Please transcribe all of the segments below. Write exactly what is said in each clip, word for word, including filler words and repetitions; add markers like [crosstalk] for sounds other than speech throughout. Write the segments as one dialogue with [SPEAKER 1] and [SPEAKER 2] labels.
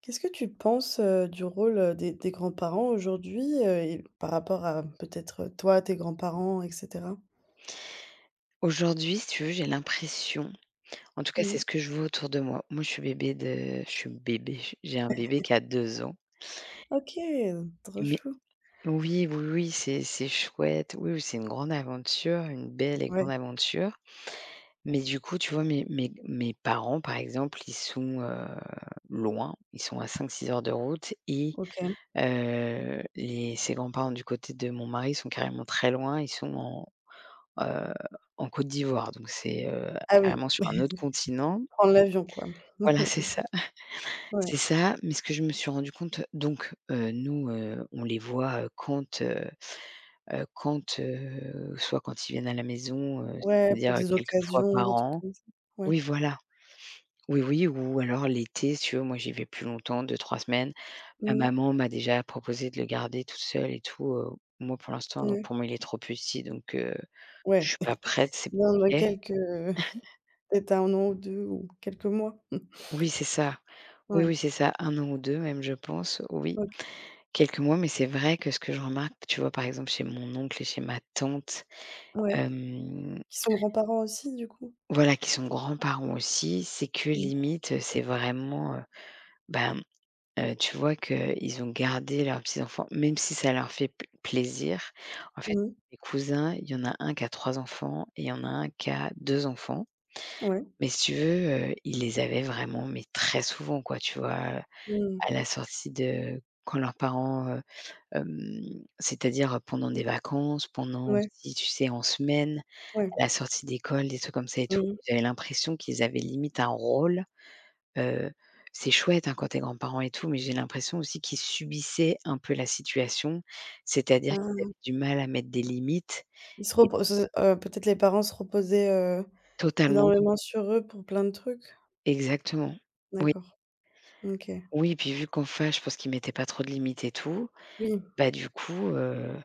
[SPEAKER 1] Qu'est-ce que tu penses, heu, du rôle, heu, des des grands-parents aujourd'hui, heu, et par rapport à peut-être, heu, toi, tes grands-parents et cetera?
[SPEAKER 2] Aujourd'hui, si tu veux, j'ai l'impression, en tout cas, c'est
[SPEAKER 1] Mmh.
[SPEAKER 2] ce que je vois autour de moi. Moi, je suis bébé de je suis bébé, j'ai un bébé qui a deux ans.
[SPEAKER 1] OK, trop
[SPEAKER 2] Mais
[SPEAKER 1] chou.
[SPEAKER 2] oui, oui, oui, c'est c'est chouette. Oui, oui, c'est une grande aventure, une belle et
[SPEAKER 1] Ouais.
[SPEAKER 2] grande aventure. Mais du coup, tu vois, mes mes mes parents, par exemple, ils sont, heu, loin. Ils sont à cinq, six heures de route, et
[SPEAKER 1] OK.
[SPEAKER 2] heu, les ses grands-parents du côté de mon mari sont carrément très loin. Ils sont en, heu, en Côte d'Ivoire, donc c'est, heu,
[SPEAKER 1] Ah oui,
[SPEAKER 2] carrément sur un autre
[SPEAKER 1] [laughs]
[SPEAKER 2] continent.
[SPEAKER 1] prendre l'avion, quoi.
[SPEAKER 2] Voilà, c'est
[SPEAKER 1] [laughs]
[SPEAKER 2] ça,
[SPEAKER 1] Ouais,
[SPEAKER 2] c'est ça. Mais ce que je me suis rendu compte, donc, heu, nous, heu, on les voit, heu, quand, heu heu, quand, heu, soit quand ils viennent à la maison, heu,
[SPEAKER 1] ouais, pour
[SPEAKER 2] c'est-à-dire, heu,
[SPEAKER 1] des
[SPEAKER 2] quelques fois
[SPEAKER 1] occasions,
[SPEAKER 2] par
[SPEAKER 1] des trucs
[SPEAKER 2] an.
[SPEAKER 1] comme ça. Ouais.
[SPEAKER 2] Oui, voilà. Oui, oui, ou alors l'été, si tu veux, moi j'y vais plus longtemps, deux, trois semaines. Ma
[SPEAKER 1] Mmh.
[SPEAKER 2] maman m'a déjà proposé de le garder tout seul et tout, heu. Moi, pour l'instant,
[SPEAKER 1] Ouais.
[SPEAKER 2] pour moi, il est trop petit, donc, heu, je
[SPEAKER 1] Ouais,
[SPEAKER 2] suis pas prête, c'est pas
[SPEAKER 1] dans dans
[SPEAKER 2] OK.
[SPEAKER 1] quelques [laughs] peut-être un an ou deux ou quelques mois.
[SPEAKER 2] Oui, c'est ça. Oui,
[SPEAKER 1] Ouais,
[SPEAKER 2] oui, c'est ça. Un an ou deux, même, je pense, oui.
[SPEAKER 1] OK.
[SPEAKER 2] Quelques mois, mais c'est vrai que ce que je remarque, tu vois, par exemple, chez mon oncle et chez ma tante,
[SPEAKER 1] Ouais,
[SPEAKER 2] hem,
[SPEAKER 1] qui sont grands-parents aussi du coup?
[SPEAKER 2] voilà, qui sont grands-parents aussi, c'est que
[SPEAKER 1] Mmh.
[SPEAKER 2] limite, heu, c'est vraiment, heu, ben, heu, tu vois qu'ils ont gardé leurs petits-enfants, même si ça leur fait p plaisir. En fait,
[SPEAKER 1] Mmh.
[SPEAKER 2] mes cousins, il y en a un qui a trois enfants et il y en a un qui a deux enfants.
[SPEAKER 1] Ouais.
[SPEAKER 2] Mais si tu veux, heu, ils les avaient vraiment, mais très souvent, quoi, tu vois?
[SPEAKER 1] Mmh.
[SPEAKER 2] À la sortie de quand leurs parents, Hem, c'est-à-dire, pendant des vacances, pendant
[SPEAKER 1] Ouais,
[SPEAKER 2] aussi, tu sais, en semaine,
[SPEAKER 1] ouais.
[SPEAKER 2] à la sortie d'école, des trucs comme ça et tout.
[SPEAKER 1] Mmh.
[SPEAKER 2] J'avais l'impression qu'ils avaient limite un rôle, heu, c'est chouette, hein, quand tu es grand-parent et tout, mais j'ai l'impression aussi qu'ils subissaient un peu la situation, c'est-à-dire qu'ils avaient
[SPEAKER 1] Ah.
[SPEAKER 2] du mal à mettre des limites,
[SPEAKER 1] Ils se
[SPEAKER 2] et
[SPEAKER 1] reposent heu, Peut-être les parents se reposaient, heu,
[SPEAKER 2] totalement
[SPEAKER 1] énormément sur eux pour plein de trucs?
[SPEAKER 2] exactement. Oui,
[SPEAKER 1] D'accord, OK.
[SPEAKER 2] oui, puis vu qu'enfin, je pense qu'ils mettaient pas trop de limites et tout,
[SPEAKER 1] Oui,
[SPEAKER 2] bah, du coup, heu,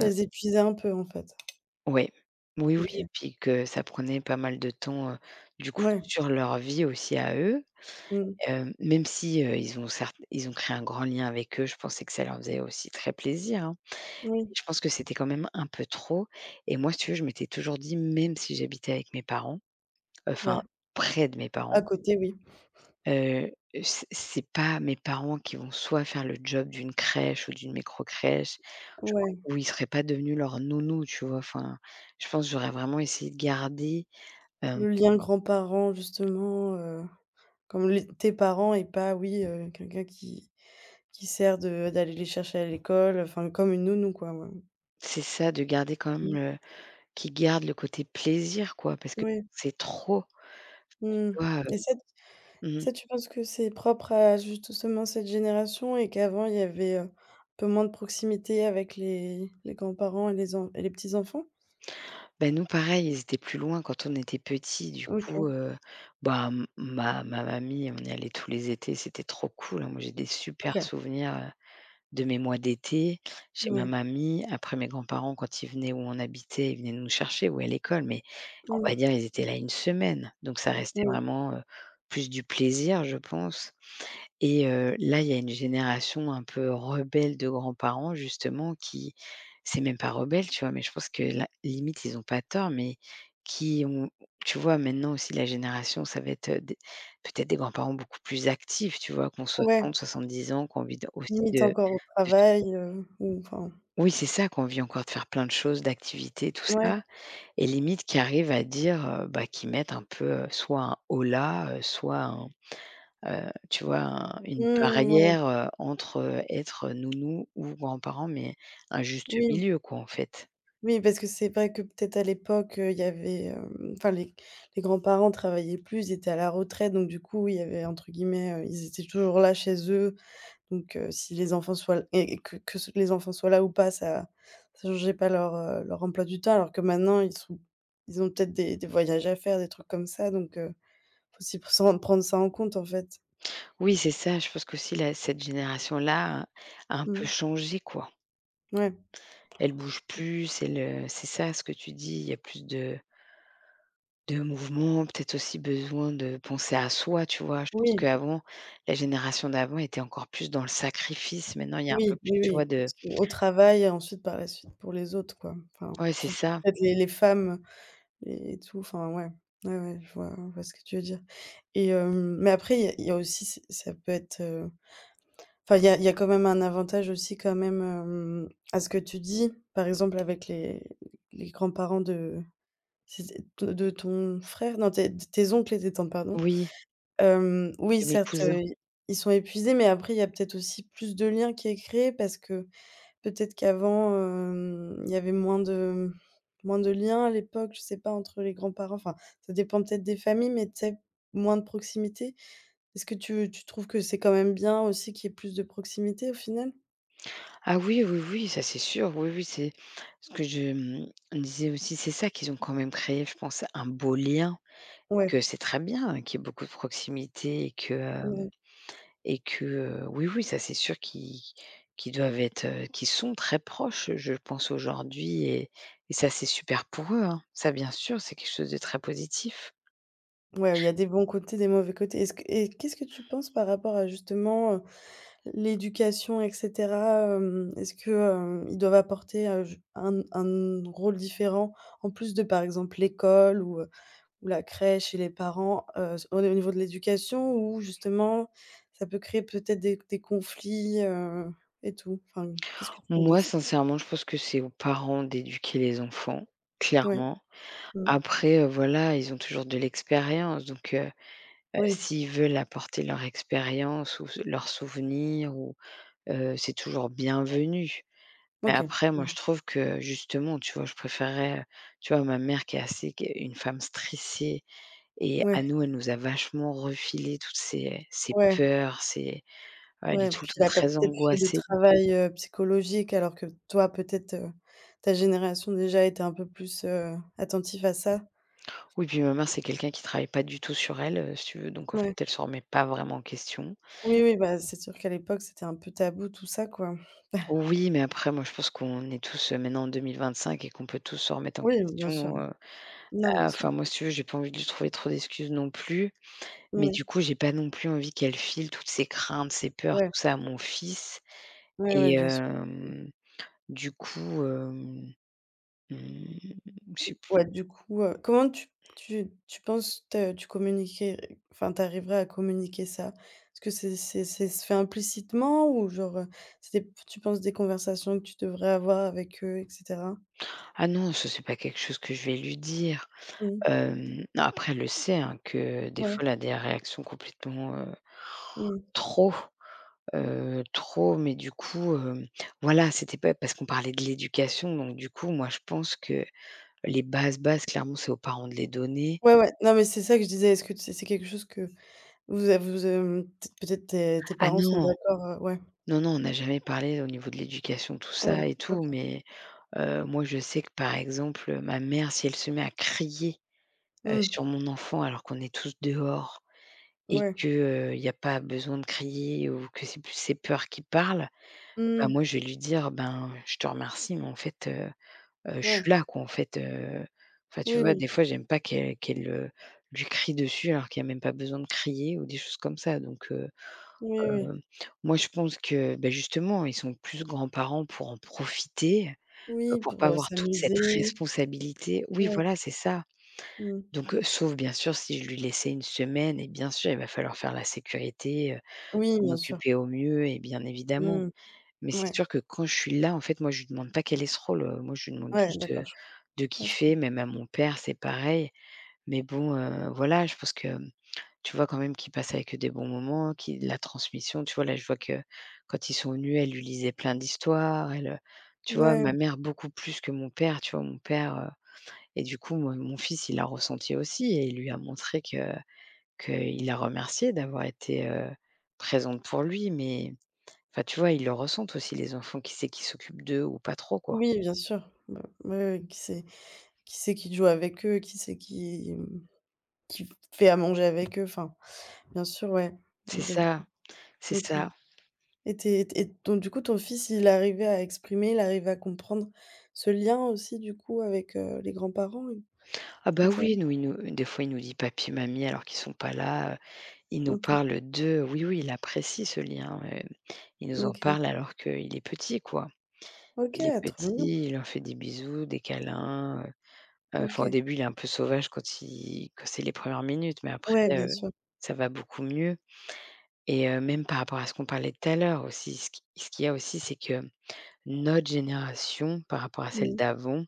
[SPEAKER 1] ça les épuisait un peu, en fait.
[SPEAKER 2] ouais. Oui, oui,
[SPEAKER 1] OK.
[SPEAKER 2] et puis que ça prenait pas mal de temps, heu, du coup,
[SPEAKER 1] Ouais,
[SPEAKER 2] sur leur vie aussi à eux.
[SPEAKER 1] mmh,
[SPEAKER 2] Hem, même si, heu, ils ont certes ils ont créé un grand lien avec eux, je pensais que ça leur faisait aussi très plaisir, hein. Mais
[SPEAKER 1] oui,
[SPEAKER 2] je pense que c'était quand même un peu trop, et moi, si tu veux, je m'étais toujours dit, même si j'habitais avec mes parents, enfin,
[SPEAKER 1] ouais.
[SPEAKER 2] près de mes parents,
[SPEAKER 1] À côté, oui.
[SPEAKER 2] heu, c'est c'est pas mes parents qui vont soit faire le job d'une crèche ou d'une microcrèche, je pense,
[SPEAKER 1] Ouais,
[SPEAKER 2] ou ils seraient pas devenus leur nounou, tu vois? Enfin, je pense j'aurais vraiment essayé de garder. Hem,
[SPEAKER 1] le lien grands-parents, justement, heu, comme les tes parents et pas, oui, heu, quelqu'un qui qui sert de d'aller les chercher à l'école, enfin, comme une nounou, quoi, ouais.
[SPEAKER 2] c'est ça, de garder quand même
[SPEAKER 1] Mmh,
[SPEAKER 2] le qui garde le côté plaisir, quoi, parce que
[SPEAKER 1] oui,
[SPEAKER 2] c'est trop, tu
[SPEAKER 1] mmh.
[SPEAKER 2] vois?
[SPEAKER 1] et ça
[SPEAKER 2] Heu, mmh. Mh.
[SPEAKER 1] Ça, tu penses que c'est propre à justement cette génération et qu'avant il y avait, heu, un peu moins de proximité avec les les grands-parents et les en et les petits-enfants?
[SPEAKER 2] Bah, nous, pareil, ils étaient plus loin quand on était petits, du coup,
[SPEAKER 1] OK,
[SPEAKER 2] heu, bah, m ma ma mamie, on y allait tous les étés, c'était trop cool, hein. Moi, j'ai des super
[SPEAKER 1] OK.
[SPEAKER 2] souvenirs, heu, de mes mois d'été chez ma
[SPEAKER 1] Ouais.
[SPEAKER 2] mamie. Après, mes grands-parents, quand ils venaient où on habitait, ils venaient nous chercher ou à l'école, mais on
[SPEAKER 1] Mmh.
[SPEAKER 2] va dire, ils étaient là une semaine, donc ça restait
[SPEAKER 1] Oui.
[SPEAKER 2] vraiment, heu, plus du plaisir, je pense. Et heu, là, il y a une génération un peu rebelle de grands-parents, justement, qui, c'est même pas rebelle, tu vois? Mais je pense que là, limite, ils ont pas tort, mais qui ont, tu vois? Maintenant aussi la génération, ça va être, heu, des peut-être des grands-parents beaucoup plus actifs, tu vois? Qu'on ont
[SPEAKER 1] Ouais,
[SPEAKER 2] soixante soixante-dix ans, qu'on ont envie de aussi
[SPEAKER 1] limite
[SPEAKER 2] de
[SPEAKER 1] encore au
[SPEAKER 2] de
[SPEAKER 1] travail, heu, ou enfin,
[SPEAKER 2] oui, c'est ça, qu'on ont envie encore de faire plein de choses, d'activités, tout ça,
[SPEAKER 1] ouais.
[SPEAKER 2] et limite qui arrivent à dire, heu, bah, qui mettent un peu, heu, soit un holà, heu, soit un Heu, tu vois, un une
[SPEAKER 1] Mmh, ouais.
[SPEAKER 2] barrière, heu, entre, heu, être nounou ou grand-parent, mais un juste
[SPEAKER 1] Oui,
[SPEAKER 2] milieu, quoi, en fait.
[SPEAKER 1] oui, parce que c'est vrai que peut-être à l'époque, heu, il y avait, hem, enfin les les grands-parents travaillaient plus, ils étaient à la retraite, donc du coup, il y avait entre guillemets, heu, ils étaient toujours là chez eux. Donc, heu, si les enfants soient et et que que les enfants soient là ou pas, ça ça changeait pas leur, heu, leur emploi du temps. Alors que maintenant, ils sont ils ont peut-être des des voyages à faire, des trucs comme ça, donc, heu, faut aussi s'en prendre ça en compte, en fait.
[SPEAKER 2] Oui, c'est ça, je pense qu'aussi là, cette génération-là a un peu
[SPEAKER 1] Mmh.
[SPEAKER 2] changé, quoi.
[SPEAKER 1] Ouais.
[SPEAKER 2] Elle bouge plus, elle, heu c'est ça ce que tu dis, il y a plus de de mouvement, peut-être aussi besoin de penser à soi, tu vois? Je pense
[SPEAKER 1] Oui,
[SPEAKER 2] qu'avant, la génération d'avant était encore plus dans le sacrifice, maintenant il y a un peu
[SPEAKER 1] oui,
[SPEAKER 2] plus,
[SPEAKER 1] oui,
[SPEAKER 2] tu vois,
[SPEAKER 1] oui.
[SPEAKER 2] de
[SPEAKER 1] Parce qu'au travail et ensuite par la suite pour les autres, quoi. Enfin,
[SPEAKER 2] ouais, c'est
[SPEAKER 1] surtout
[SPEAKER 2] ça.
[SPEAKER 1] peut-être les les femmes et tout, enfin, ouais. Ouais, ouais, je vois je vois ce que tu veux dire et hem, mais après, il y a il y a aussi, c'est ça peut être, Enfin, il y a il y a quand même un avantage aussi quand même, hem, à ce que tu dis. Par exemple avec les les grands-parents de, c'était de de ton frère? Non, tes tes oncles et tes tantes, pardon.
[SPEAKER 2] Oui,
[SPEAKER 1] Hem, oui,
[SPEAKER 2] de mes
[SPEAKER 1] certes,
[SPEAKER 2] cousins.
[SPEAKER 1] heu, ils sont épuisés, mais après il y a peut-être aussi plus de liens qui est créé parce que peut-être qu'avant, hem, il y avait moins de moins de liens à l'époque, je sais pas, entre les grands-parents. Enfin, ça dépend peut-être des familles, mais tu sais, moins de proximité. Est-ce que tu tu trouves que c'est quand même bien aussi qu'il y ait plus de proximité au final?
[SPEAKER 2] Ah oui, oui, oui, ça c'est sûr. Oui, oui, c'est ce que je me disais aussi, c'est ça qu'ils ont quand même créé, je pense, un beau lien, et
[SPEAKER 1] Ouais,
[SPEAKER 2] que c'est très bien, hein, qu'il y ait beaucoup de proximité, et que,
[SPEAKER 1] ouais,
[SPEAKER 2] hem et que, heu, oui, oui, ça c'est sûr qu'ils qu'ils doivent être, heu, qu'ils sont très proches, je pense, aujourd'hui, et et ça c'est super pour eux, hein. Ça, bien sûr, c'est quelque chose de très positif.
[SPEAKER 1] ouais, il y a des bons côtés, des mauvais côtés. Est-ce que et Qu'est-ce que tu penses par rapport à justement, heu, l'éducation et cetera, hem, est-ce que, hem, ils doivent apporter, heu, j un un rôle différent en plus de, par exemple, l'école ou, heu, ou la crèche et les parents, heu, s au niveau de l'éducation ou justement ça peut créer peut-être des des conflits, heu, et tout? Enfin, qu'est-ce que tu penses de
[SPEAKER 2] Moi,
[SPEAKER 1] ça?
[SPEAKER 2] sincèrement, je pense que c'est aux parents d'éduquer les enfants,
[SPEAKER 1] Ouais,
[SPEAKER 2] clairement.
[SPEAKER 1] mmh,
[SPEAKER 2] Après, heu, voilà, ils ont toujours de l'expérience, donc, Heu,
[SPEAKER 1] oui,
[SPEAKER 2] s'ils veulent apporter leur expérience, ou s leurs souvenirs, ou heu, c'est toujours bienvenu. Mais
[SPEAKER 1] OK,
[SPEAKER 2] après, moi,
[SPEAKER 1] mmh,
[SPEAKER 2] je trouve que justement, tu vois, je préférerais, heu, tu vois, ma mère qui est assez qui est une femme stressée, et à
[SPEAKER 1] ouais,
[SPEAKER 2] nous, elle nous a vachement refilé toutes ses ses
[SPEAKER 1] ouais.
[SPEAKER 2] peurs, ses ouais, elle est
[SPEAKER 1] Ouais,
[SPEAKER 2] tout
[SPEAKER 1] puis
[SPEAKER 2] le temps
[SPEAKER 1] il a pas
[SPEAKER 2] très
[SPEAKER 1] peut-être fait de
[SPEAKER 2] angoissée.
[SPEAKER 1] travail, heu, psychologique alors que toi peut-être, heu, ta génération déjà était un peu plus, heu, attentif à ça.
[SPEAKER 2] Oui, puis ma mère, c'est quelqu'un qui travaille pas du tout sur elle, heu, si tu veux, donc en
[SPEAKER 1] Ouais.
[SPEAKER 2] fait, elle se remet pas vraiment en question.
[SPEAKER 1] Oui, oui, bah, c'est sûr qu'à l'époque c'était un peu tabou tout ça, quoi.
[SPEAKER 2] Oui, mais après, moi, je pense qu'on est tous, heu, maintenant en deux mille vingt-cinq, et qu'on peut tous se remettre en
[SPEAKER 1] Oui, bien sûr.
[SPEAKER 2] question.
[SPEAKER 1] Non, bien
[SPEAKER 2] Ah,
[SPEAKER 1] sûr.
[SPEAKER 2] enfin, moi, si tu veux, j'ai pas envie de lui trouver trop d'excuses non plus, mais du
[SPEAKER 1] Oui,
[SPEAKER 2] coup, j'ai pas non plus envie qu'elle file toutes ses craintes, ses peurs,
[SPEAKER 1] ouais,
[SPEAKER 2] tout ça, à mon fils,
[SPEAKER 1] ouais, ouais,
[SPEAKER 2] et
[SPEAKER 1] bien sûr.
[SPEAKER 2] hem, du coup, hem, mmh, je sais p.
[SPEAKER 1] Ouais, du coup, heu, comment tu tu tu penses te tu communiquer? Enfin, tu arriverais à communiquer ça? Est-ce que c'est c'est c'est se fait implicitement ou genre, heu, c'est des tu penses des conversations que tu devrais avoir avec eux et cetera?
[SPEAKER 2] Ah non, ça, c'est pas quelque chose que je vais lui dire.
[SPEAKER 1] Mmh,
[SPEAKER 2] Hem, non, après, elle le sait, hein, que des
[SPEAKER 1] ouais.
[SPEAKER 2] fois, elle a des réactions complètement, heu,
[SPEAKER 1] Mmh.
[SPEAKER 2] trop, heu, trop, mais du coup, hem, voilà, c'était pas parce qu'on parlait de l'éducation, donc du coup, moi, je pense que les bases, bases, clairement, c'est aux parents de les donner.
[SPEAKER 1] Ouais, ouais. Non, mais c'est ça que je disais. Est-ce que c'est c'est quelque chose que vous a vous, hem, peut-être peut-être tes tes
[SPEAKER 2] Ah
[SPEAKER 1] parents sont
[SPEAKER 2] non,
[SPEAKER 1] d'accord, heu, ouais.
[SPEAKER 2] non, non, on n'a jamais parlé au niveau de l'éducation, tout
[SPEAKER 1] Ah ouais,
[SPEAKER 2] ça et
[SPEAKER 1] OK.
[SPEAKER 2] tout, mais heu, moi, je sais que, par exemple, ma mère, si elle se met à crier, heu,
[SPEAKER 1] Mmh.
[SPEAKER 2] sur mon enfant, alors qu'on est tous dehors, et
[SPEAKER 1] Ouais.
[SPEAKER 2] que, heu, il y a pas besoin de crier, ou que c'est plus ses peurs qui parlent, bah,
[SPEAKER 1] Mmh.
[SPEAKER 2] moi, je vais lui dire: «Ben, je te remercie, mais en fait, heu heu, je
[SPEAKER 1] Ouais.
[SPEAKER 2] suis là, quoi, en fait, heu». Enfin, tu
[SPEAKER 1] Oui,
[SPEAKER 2] vois,
[SPEAKER 1] oui.
[SPEAKER 2] des fois, j'aime pas qu'elle qu'elle, heu, lui crie dessus, alors qu'il y a même pas besoin de crier, ou des choses comme ça, donc heu
[SPEAKER 1] Oui, oui.
[SPEAKER 2] Hem, moi, je pense que, beh, justement, ils sont plus grands-parents pour en profiter, heu,
[SPEAKER 1] Oui,
[SPEAKER 2] pour
[SPEAKER 1] pour,
[SPEAKER 2] pas
[SPEAKER 1] heu,
[SPEAKER 2] avoir toute cette
[SPEAKER 1] s'amuser.
[SPEAKER 2] responsabilité. Oui,
[SPEAKER 1] Ouais.
[SPEAKER 2] voilà, c'est ça.
[SPEAKER 1] Mmh.
[SPEAKER 2] Donc, heu, sauf bien sûr si je lui laissais une semaine, et bien sûr, il va falloir faire la sécurité, heu,
[SPEAKER 1] Oui,
[SPEAKER 2] s'en
[SPEAKER 1] bien sûr.
[SPEAKER 2] occuper au mieux, et bien évidemment.
[SPEAKER 1] Mmh.
[SPEAKER 2] Mais c'est
[SPEAKER 1] Ouais.
[SPEAKER 2] sûr que quand je suis là, en fait, moi, je lui demande pas quel est ce rôle, heu, moi, je lui demande
[SPEAKER 1] Ouais,
[SPEAKER 2] juste,
[SPEAKER 1] d'accord,
[SPEAKER 2] heu,
[SPEAKER 1] je
[SPEAKER 2] de
[SPEAKER 1] ouais, je
[SPEAKER 2] kiffer.
[SPEAKER 1] comprends.
[SPEAKER 2] Même à mon père, c'est pareil. Mais bon, heu, voilà, je pense que tu vois quand même qu'ils passaient avec eux des bons moments, qui la transmission, tu vois? Là, je vois que quand ils sont venus, elle lui lisait plein d'histoires, elle, heu, tu vois?
[SPEAKER 1] Ouais.
[SPEAKER 2] Ma mère beaucoup plus que mon père, tu vois? Mon père, heu et du coup, moi, mon fils, il l'a ressenti aussi, et il lui a montré que qu'il a remercié d'avoir été, heu, présente pour lui, mais enfin, tu vois, ils le ressentent aussi les enfants, qui c'est qui s'occupent d'eux ou pas trop, quoi.
[SPEAKER 1] Oui, bien sûr. Bah, ouais, ouais, qui c'est qui c'est qui joue avec eux, qui c'est qui, mmh, qui fait à manger avec eux, enfin, bien sûr, ouais.
[SPEAKER 2] C'est
[SPEAKER 1] Donc,
[SPEAKER 2] ça, c'est
[SPEAKER 1] OK.
[SPEAKER 2] ça.
[SPEAKER 1] Et tes et et donc du coup, ton fils, il arrivait à exprimer, il arrivait à comprendre ce lien aussi du coup avec, heu, les grands-parents? Il
[SPEAKER 2] Ah bah
[SPEAKER 1] faisait
[SPEAKER 2] oui, nous, il nous des fois, il nous dit: «Papi, mamie», alors qu'ils sont pas là. Il nous
[SPEAKER 1] OK,
[SPEAKER 2] parle de oui, oui, il apprécie ce lien, heu, il nous en
[SPEAKER 1] OK.
[SPEAKER 2] parle alors qu'il est petit, quoi.
[SPEAKER 1] OK,
[SPEAKER 2] Il est
[SPEAKER 1] ah, trop mignon.
[SPEAKER 2] petit, il leur fait des bisous, des câlins, heu, heu, enfin, au
[SPEAKER 1] OK.
[SPEAKER 2] début, il est un peu sauvage quand il quand c'est les premières minutes, mais après,
[SPEAKER 1] Ouais, bien
[SPEAKER 2] heu,
[SPEAKER 1] sûr.
[SPEAKER 2] ça va beaucoup mieux. Et heu, même par rapport à ce qu'on parlait tout à l'heure aussi, ce qui ce qu'il y a aussi, c'est que notre génération par rapport à celle
[SPEAKER 1] Mmh.
[SPEAKER 2] d'avant,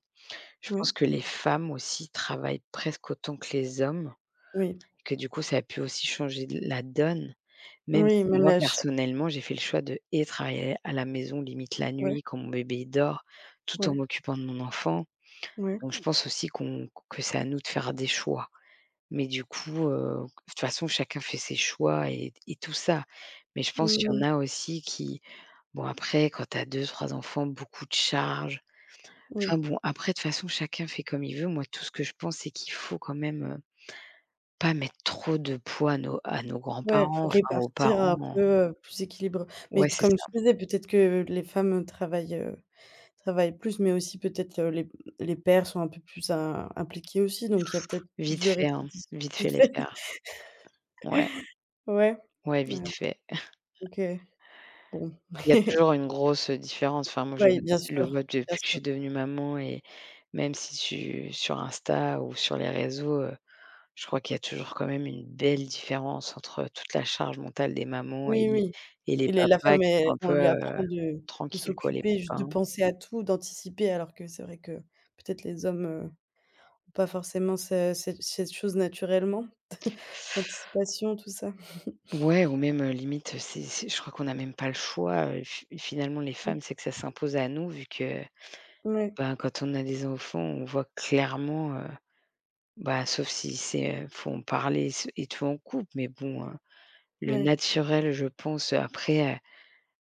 [SPEAKER 2] je
[SPEAKER 1] Ouais.
[SPEAKER 2] pense que les femmes aussi travaillent presque autant que les hommes,
[SPEAKER 1] Oui.
[SPEAKER 2] que du coup, ça a pu aussi changer la donne. Même
[SPEAKER 1] Oui,
[SPEAKER 2] si
[SPEAKER 1] même
[SPEAKER 2] moi,
[SPEAKER 1] la cha
[SPEAKER 2] personnellement, j'ai fait le choix de et travailler à la maison, limite la
[SPEAKER 1] ouais,
[SPEAKER 2] nuit quand mon bébé il dort, tout en
[SPEAKER 1] ouais,
[SPEAKER 2] m'occupant de mon enfant.
[SPEAKER 1] ouais.
[SPEAKER 2] Donc je pense aussi qu'on que c'est à nous de faire des choix. Mais du coup, heu, de toute façon, chacun fait ses choix et et tout ça. Mais je pense
[SPEAKER 1] Mmh,
[SPEAKER 2] qu'il
[SPEAKER 1] mh.
[SPEAKER 2] y en a aussi qui bon, après quand tu as deux trois enfants, beaucoup de charges.
[SPEAKER 1] Oui.
[SPEAKER 2] Enfin bon, après de toute façon, chacun fait comme il veut. Moi, tout ce que je pense, c'est qu'il faut quand même, heu, pas mettre trop de poids à nos à nos
[SPEAKER 1] Ouais,
[SPEAKER 2] grands-parents,
[SPEAKER 1] faut
[SPEAKER 2] enfin aux
[SPEAKER 1] répartir un
[SPEAKER 2] parents.
[SPEAKER 1] peu, heu, plus équilibré. Mais
[SPEAKER 2] Ouais,
[SPEAKER 1] t
[SPEAKER 2] c'est
[SPEAKER 1] comme tu
[SPEAKER 2] ça.
[SPEAKER 1] disais, peut-être que les femmes travaillent, heu, travaillent plus, mais aussi peut-être, heu, les les pères sont un peu plus im impliqués aussi, donc il y a peut-être plus
[SPEAKER 2] Vite
[SPEAKER 1] de
[SPEAKER 2] fait, hein,
[SPEAKER 1] répartition.
[SPEAKER 2] vite fait
[SPEAKER 1] Vite
[SPEAKER 2] les
[SPEAKER 1] fait.
[SPEAKER 2] paires. Ouais,
[SPEAKER 1] Ouais,
[SPEAKER 2] ouais,
[SPEAKER 1] ouais,
[SPEAKER 2] vite fait.
[SPEAKER 1] OK, bon.
[SPEAKER 2] Il y a toujours
[SPEAKER 1] [laughs]
[SPEAKER 2] une grosse différence. Enfin, moi, je
[SPEAKER 1] Oui, bien
[SPEAKER 2] le
[SPEAKER 1] sûr,
[SPEAKER 2] vois
[SPEAKER 1] bien
[SPEAKER 2] depuis que je
[SPEAKER 1] sûr.
[SPEAKER 2] suis devenue maman. Et même si tu sur Insta ou sur les réseaux, heu, je crois qu'il y a toujours quand même une belle différence entre toute la charge mentale des mamans et
[SPEAKER 1] Oui,
[SPEAKER 2] les
[SPEAKER 1] oui.
[SPEAKER 2] et les
[SPEAKER 1] Il est la
[SPEAKER 2] papas
[SPEAKER 1] femme
[SPEAKER 2] qui
[SPEAKER 1] est
[SPEAKER 2] sont un
[SPEAKER 1] On
[SPEAKER 2] peu,
[SPEAKER 1] lui
[SPEAKER 2] heu,
[SPEAKER 1] apprend de de
[SPEAKER 2] tranquilles quoi, les
[SPEAKER 1] s'occuper, juste
[SPEAKER 2] papas,
[SPEAKER 1] de
[SPEAKER 2] hein.
[SPEAKER 1] penser à tout, d'anticiper, alors que c'est vrai que peut-être les hommes, heu, ont pas forcément ce cette cette chose naturellement, l'anticipation, tout ça.
[SPEAKER 2] Ouais ou même, heu, limite, c'est c'est je crois qu'on n'a même pas le choix, heu, fi finalement les
[SPEAKER 1] Mmh.
[SPEAKER 2] femmes, c'est que ça s'impose à nous vu que
[SPEAKER 1] Ouais,
[SPEAKER 2] ben, quand on a des enfants, on voit clairement, heu, bah, sauf si c'est, heu, faut en parler s et tout en couple, mais bon, heu, le
[SPEAKER 1] ouais,
[SPEAKER 2] naturel, je pense, heu, après, heu,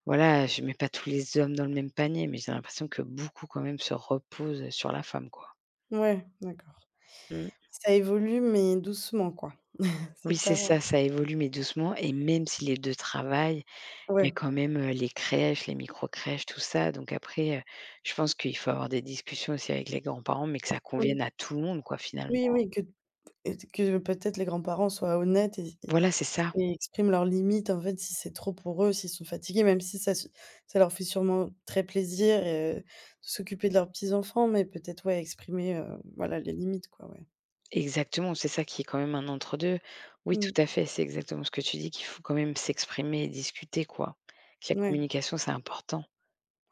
[SPEAKER 2] voilà, je mets pas tous les hommes dans le même panier, mais j'ai l'impression que beaucoup quand même se reposent sur la femme, quoi.
[SPEAKER 1] ouais, d'accord.
[SPEAKER 2] Mmh.
[SPEAKER 1] Ça évolue mais doucement, quoi. [laughs] C'est
[SPEAKER 2] Oui, c'est
[SPEAKER 1] pas
[SPEAKER 2] ça, ça évolue, mais doucement. Et même si les deux travaillent, il y a
[SPEAKER 1] Ouais,
[SPEAKER 2] quand même, heu, les crèches, les micro-crèches, tout ça, donc après, heu, je pense qu'il faut avoir des discussions aussi avec les grands-parents, mais que ça
[SPEAKER 1] oui,
[SPEAKER 2] convienne à tout le monde, quoi, finalement.
[SPEAKER 1] oui, oui, que. Et t que peut-être les grands-parents soient honnêtes et et
[SPEAKER 2] Voilà, c'est ça.
[SPEAKER 1] et expriment leurs limites, en fait, si c'est trop pour eux, s'ils sont fatigués, même si ça su ça leur fait sûrement très plaisir et de s'occuper de leurs petits-enfants, mais peut-être, ouais, exprimer, heu, voilà, les limites, quoi, ouais.
[SPEAKER 2] Exactement, c'est ça qui est quand même un entre-deux. Oui, tout
[SPEAKER 1] Mmh.
[SPEAKER 2] à fait, c'est exactement ce que tu dis, qu'il faut quand même s'exprimer et discuter, quoi. Que la
[SPEAKER 1] Ouais,
[SPEAKER 2] communication, c'est important.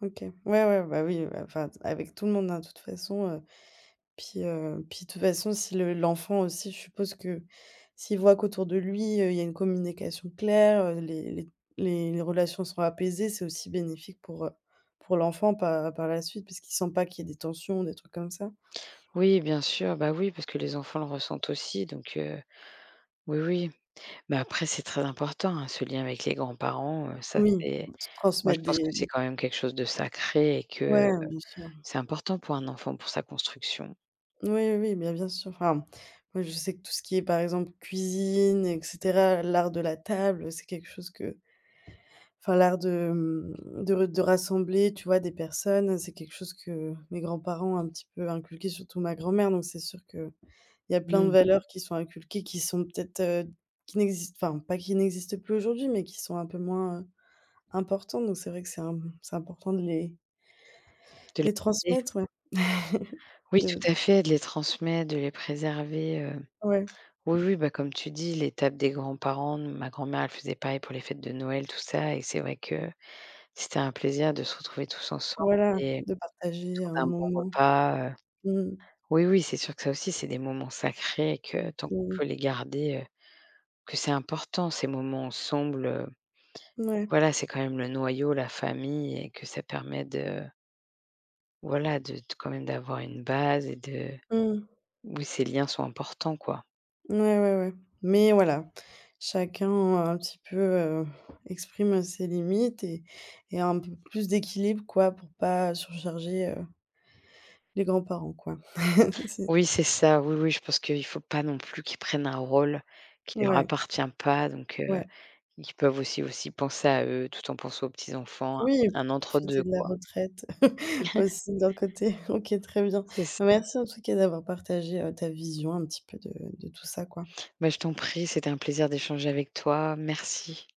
[SPEAKER 1] OK. Ouais, ouais, bah, oui, bah, enfin, avec tout le monde, hein, de toute façon. heu Puis, heu, puis de toute façon, si le l'enfant aussi, je suppose que s'il voit qu'autour de lui, heu, il y a une communication claire, heu, les les les les relations sont apaisées, c'est aussi bénéfique pour, heu, pour l'enfant par par la suite, parce qu'il sent pas qu'il y ait des tensions, des trucs comme ça.
[SPEAKER 2] Oui, bien sûr, bah oui, parce que les enfants le ressentent aussi, donc heu, oui, oui. Mais après, c'est très important, hein, ce lien avec les grands-parents, heu, ça,
[SPEAKER 1] Oui,
[SPEAKER 2] c'est
[SPEAKER 1] se
[SPEAKER 2] moi, je
[SPEAKER 1] transmettre
[SPEAKER 2] pense
[SPEAKER 1] des,
[SPEAKER 2] que c'est
[SPEAKER 1] des
[SPEAKER 2] quand même quelque chose de sacré et que
[SPEAKER 1] ouais, bien sûr.
[SPEAKER 2] c'est important pour un enfant, pour sa construction.
[SPEAKER 1] Oui, oui, oui, bien bien sûr. Enfin, moi, je sais que tout ce qui est, par exemple, cuisine et cetera, l'art de la table, c'est quelque chose que. Enfin, l'art de, mmh, de re de rassembler, tu vois, des personnes, c'est quelque chose que mes grands-parents ont un petit peu inculqué, surtout ma grand-mère, donc c'est sûr qu'il y a plein de
[SPEAKER 2] Mmh,
[SPEAKER 1] valeurs qui sont inculquées, qui sont peut-être, heu, qui n'existent, enfin, pas, qui n'existent plus aujourd'hui, mais qui sont un peu moins, heu, importantes, donc c'est vrai que c'est im c'est important de les
[SPEAKER 2] de les
[SPEAKER 1] les
[SPEAKER 2] garder.
[SPEAKER 1] transmettre, ouais,
[SPEAKER 2] Oui,
[SPEAKER 1] de de
[SPEAKER 2] tout à fait, de les transmettre, de les préserver, heu.
[SPEAKER 1] ouais,
[SPEAKER 2] Oui, oui, bah, comme tu dis, l'étape des grands-parents, ma grand-mère, elle faisait pareil pour les fêtes de Noël, tout ça et c'est vrai que c'était un plaisir de se retrouver tous ensemble
[SPEAKER 1] voilà,
[SPEAKER 2] et
[SPEAKER 1] de partager
[SPEAKER 2] autour
[SPEAKER 1] un
[SPEAKER 2] d'un bon
[SPEAKER 1] moment.
[SPEAKER 2] repas, heu.
[SPEAKER 1] Mmh,
[SPEAKER 2] Oui, oui, c'est sûr que ça aussi, c'est des moments sacrés et que tant qu'on
[SPEAKER 1] mmh,
[SPEAKER 2] peut les garder, heu, que c'est important ces moments ensemble, heu.
[SPEAKER 1] mouais.
[SPEAKER 2] Voilà, c'est quand même le noyau, la famille et que ça permet de voilà, de de quand même d'avoir une base et de
[SPEAKER 1] Mmh.
[SPEAKER 2] oui, ces liens sont importants, quoi.
[SPEAKER 1] Ouais, ouais, ouais. Mais voilà, chacun euh, un petit peu, heu, exprime ses limites et et un peu plus d'équilibre, quoi, pour pas surcharger, heu, les grands-parents, quoi. [laughs] C'est
[SPEAKER 2] Oui, c'est ça, oui, oui, je pense qu'il faut pas non plus qu'ils prennent un rôle qui leur
[SPEAKER 1] Ouais,
[SPEAKER 2] appartient pas, donc heu,
[SPEAKER 1] ouais.
[SPEAKER 2] ils peuvent aussi aussi penser à eux tout en pensant aux petits-enfants,
[SPEAKER 1] Oui,
[SPEAKER 2] un entre
[SPEAKER 1] profiter
[SPEAKER 2] deux,
[SPEAKER 1] de la
[SPEAKER 2] quoi.
[SPEAKER 1] retraite [laughs] aussi d'un côté. [laughs] OK, très bien.
[SPEAKER 2] C'est ça.
[SPEAKER 1] Merci en tout cas d'avoir partagé, heu, ta vision un petit peu de de tout ça, quoi.
[SPEAKER 2] Bah, je t'en prie, c'était un plaisir d'échanger avec toi. Merci.